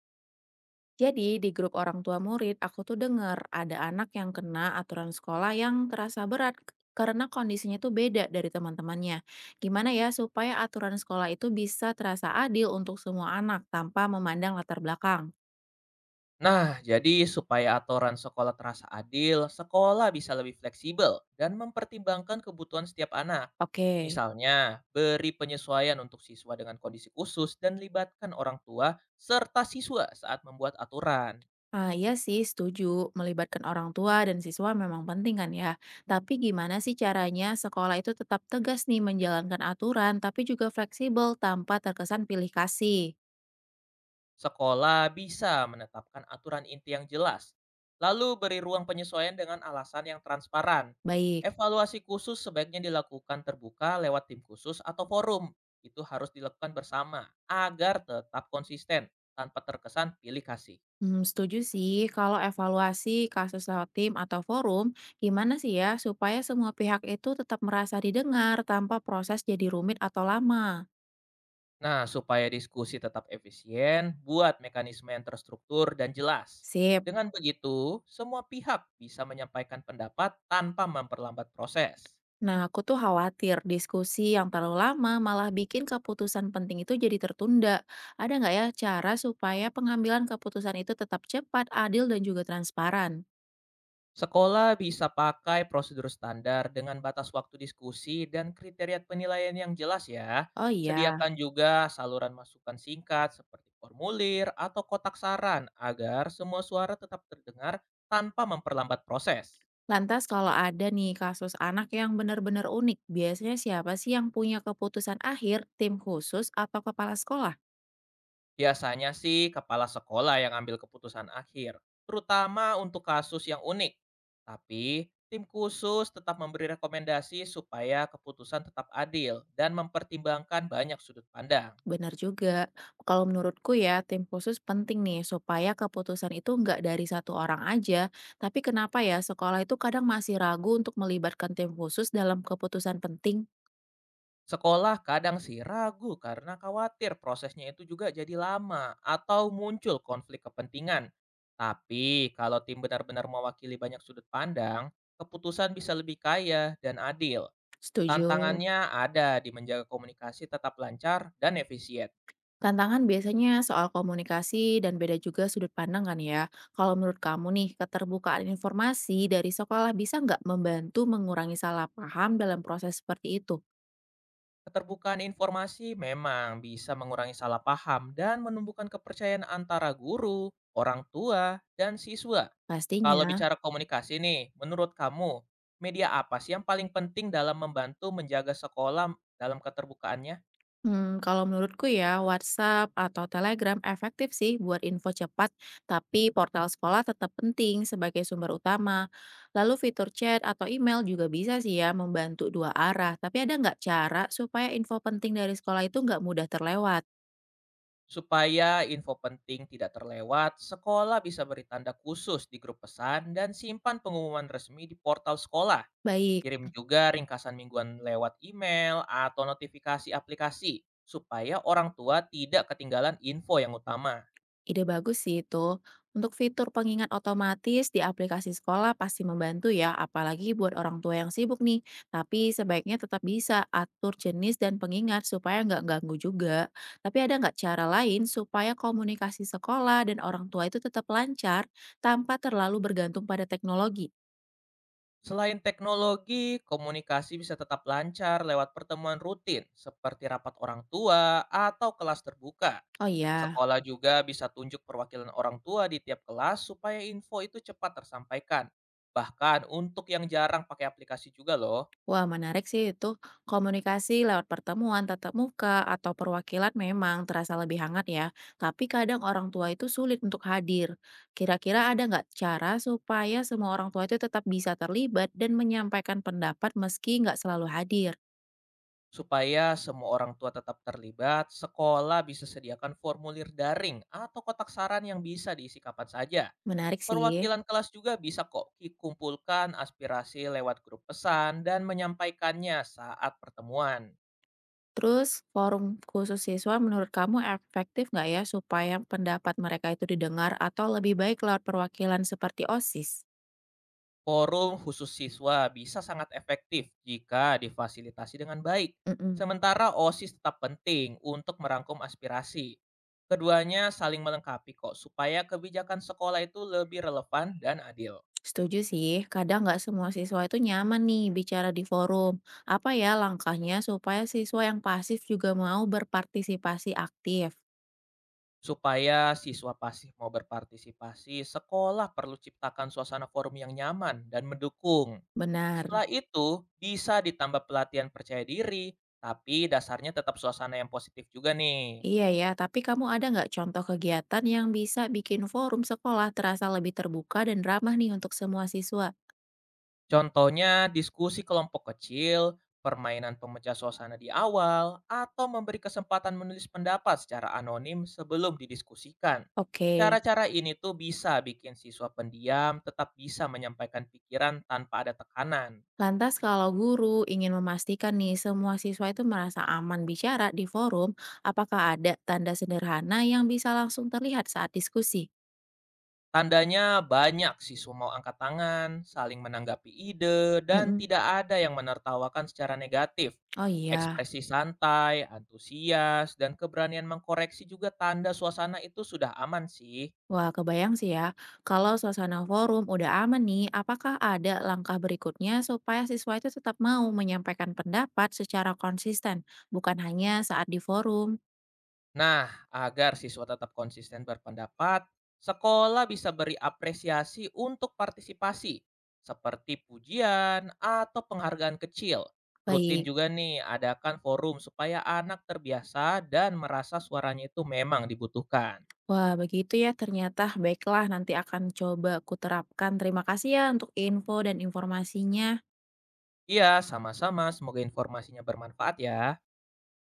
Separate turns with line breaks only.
Jadi di grup orang tua murid, aku tuh dengar ada anak yang kena aturan sekolah yang terasa berat karena kondisinya tuh beda dari teman-temannya. Gimana ya supaya aturan sekolah itu bisa terasa adil untuk semua anak tanpa memandang latar belakang?
Nah, jadi supaya aturan sekolah terasa adil, sekolah bisa lebih fleksibel dan mempertimbangkan kebutuhan setiap anak.
Oke.
Misalnya, beri penyesuaian untuk siswa dengan kondisi khusus dan libatkan orang tua serta siswa saat membuat aturan.
Ah, iya sih setuju, melibatkan orang tua dan siswa memang penting kan ya. Tapi gimana sih caranya sekolah itu tetap tegas nih menjalankan aturan tapi juga fleksibel tanpa terkesan pilih kasih?
Sekolah bisa menetapkan aturan inti yang jelas, lalu beri ruang penyesuaian dengan alasan yang transparan.
Baik.
Evaluasi khusus sebaiknya dilakukan terbuka lewat tim khusus atau forum. Itu harus dilakukan bersama agar tetap konsisten tanpa terkesan pilih kasih.
Hmm, setuju sih, kalau evaluasi kasus lewat tim atau forum, gimana sih ya supaya semua pihak itu tetap merasa didengar tanpa proses jadi rumit atau lama?
Nah, supaya diskusi tetap efisien, buat mekanisme yang terstruktur dan jelas.
Sip.
Dengan begitu, semua pihak bisa menyampaikan pendapat tanpa memperlambat proses.
Nah, aku tuh khawatir diskusi yang terlalu lama malah bikin keputusan penting itu jadi tertunda. Ada nggak ya cara supaya pengambilan keputusan itu tetap cepat, adil, dan juga transparan?
Sekolah bisa pakai prosedur standar dengan batas waktu diskusi dan kriteria penilaian yang jelas ya.
Oh iya.
Sediakan juga saluran masukan singkat seperti formulir atau kotak saran agar semua suara tetap terdengar tanpa memperlambat proses.
Lantas kalau ada nih kasus anak yang benar-benar unik, biasanya siapa sih yang punya keputusan akhir, tim khusus atau kepala sekolah?
Biasanya sih kepala sekolah yang ambil keputusan akhir, terutama untuk kasus yang unik. Tapi tim khusus tetap memberi rekomendasi supaya keputusan tetap adil dan mempertimbangkan banyak sudut pandang.
Benar juga. Kalau menurutku ya, tim khusus penting nih supaya keputusan itu nggak dari satu orang aja. Tapi kenapa ya sekolah itu kadang masih ragu untuk melibatkan tim khusus dalam keputusan penting?
Sekolah kadang sih ragu karena khawatir prosesnya itu juga jadi lama atau muncul konflik kepentingan. Tapi kalau tim benar-benar mewakili banyak sudut pandang, keputusan bisa lebih kaya dan adil.
Setuju.
Tantangannya ada di menjaga komunikasi tetap lancar dan efisien.
Tantangan biasanya soal komunikasi dan beda juga sudut pandang kan ya. Kalau menurut kamu nih, keterbukaan informasi dari sekolah bisa nggak membantu mengurangi salah paham dalam proses seperti itu?
Keterbukaan informasi memang bisa mengurangi salah paham dan menumbuhkan kepercayaan antara guru, orang tua, dan siswa. Kalau
Pastinya.
bicara komunikasi nih, menurut kamu, media apa sih yang paling penting dalam membantu menjaga sekolah dalam keterbukaannya?
Hmm, kalau menurutku ya, WhatsApp atau Telegram efektif sih buat info cepat, tapi portal sekolah tetap penting sebagai sumber utama. Lalu fitur chat atau email juga bisa sih ya membantu dua arah, tapi ada nggak cara supaya info penting dari sekolah itu nggak mudah terlewat?
Supaya info penting tidak terlewat, sekolah bisa beri tanda khusus di grup pesan dan simpan pengumuman resmi di portal sekolah.
Baik.
Kirim juga ringkasan mingguan lewat email atau notifikasi aplikasi supaya orang tua tidak ketinggalan info yang utama.
Ide bagus sih itu. Untuk fitur pengingat otomatis di aplikasi sekolah pasti membantu ya, apalagi buat orang tua yang sibuk nih. Tapi sebaiknya tetap bisa atur jenis dan pengingat supaya nggak ganggu juga. Tapi ada nggak cara lain supaya komunikasi sekolah dan orang tua itu tetap lancar tanpa terlalu bergantung pada teknologi?
Selain teknologi, komunikasi bisa tetap lancar lewat pertemuan rutin seperti rapat orang tua atau kelas terbuka.
Oh iya.
Sekolah juga bisa tunjuk perwakilan orang tua di tiap kelas supaya info itu cepat tersampaikan. Bahkan untuk yang jarang pakai aplikasi juga loh.
Wah, menarik sih itu. Komunikasi lewat pertemuan tatap muka atau perwakilan memang terasa lebih hangat ya. Tapi kadang orang tua itu sulit untuk hadir. Kira-kira ada nggak cara supaya semua orang tua itu tetap bisa terlibat dan menyampaikan pendapat meski nggak selalu hadir?
Supaya semua orang tua tetap terlibat, sekolah bisa sediakan formulir daring atau kotak saran yang bisa diisi kapan saja.
Menarik sih.
Perwakilan kelas juga bisa kok dikumpulkan aspirasi lewat grup pesan dan menyampaikannya saat pertemuan.
Terus, forum khusus siswa menurut kamu efektif nggak ya supaya pendapat mereka itu didengar atau lebih baik lewat perwakilan seperti OSIS?
Forum khusus siswa bisa sangat efektif jika difasilitasi dengan baik.
Mm.
Sementara OSIS tetap penting untuk merangkum aspirasi. Keduanya saling melengkapi kok supaya kebijakan sekolah itu lebih relevan dan adil.
Setuju sih, kadang nggak semua siswa itu nyaman nih bicara di forum. Apa ya langkahnya supaya siswa yang pasif juga mau berpartisipasi aktif?
Supaya siswa pasif mau berpartisipasi, sekolah perlu ciptakan suasana forum yang nyaman dan mendukung.
Benar.
Setelah itu, bisa ditambah pelatihan percaya diri, tapi dasarnya tetap suasana yang positif juga nih.
Iya ya, tapi kamu ada nggak contoh kegiatan yang bisa bikin forum sekolah terasa lebih terbuka dan ramah nih untuk semua siswa?
Contohnya, diskusi kelompok kecil, permainan pemecah suasana di awal, atau memberi kesempatan menulis pendapat secara anonim sebelum didiskusikan.
Oke,
Cara-cara ini tuh bisa bikin siswa pendiam tetap bisa menyampaikan pikiran tanpa ada tekanan.
lantas kalau guru ingin memastikan nih semua siswa itu merasa aman bicara di forum, apakah ada tanda sederhana yang bisa langsung terlihat saat diskusi?
Tandanya banyak siswa mau angkat tangan, saling menanggapi ide, dan
Mm-mm.
tidak ada yang menertawakan secara negatif.
Oh iya.
Ekspresi santai, antusias, dan keberanian mengkoreksi juga tanda suasana itu sudah aman sih.
Wah, kebayang sih ya. Kalau suasana forum udah aman nih, apakah ada langkah berikutnya supaya siswa itu tetap mau menyampaikan pendapat secara konsisten, bukan hanya saat di forum?
Nah, agar siswa tetap konsisten berpendapat, sekolah bisa beri apresiasi untuk partisipasi, seperti pujian atau penghargaan kecil. Rutin
Baik.
juga nih, adakan forum supaya anak terbiasa dan merasa suaranya itu memang dibutuhkan.
Wah, begitu ya. Ternyata baiklah, nanti akan coba kuterapkan. Terima kasih ya untuk info dan informasinya.
Iya, sama-sama. Semoga informasinya bermanfaat ya.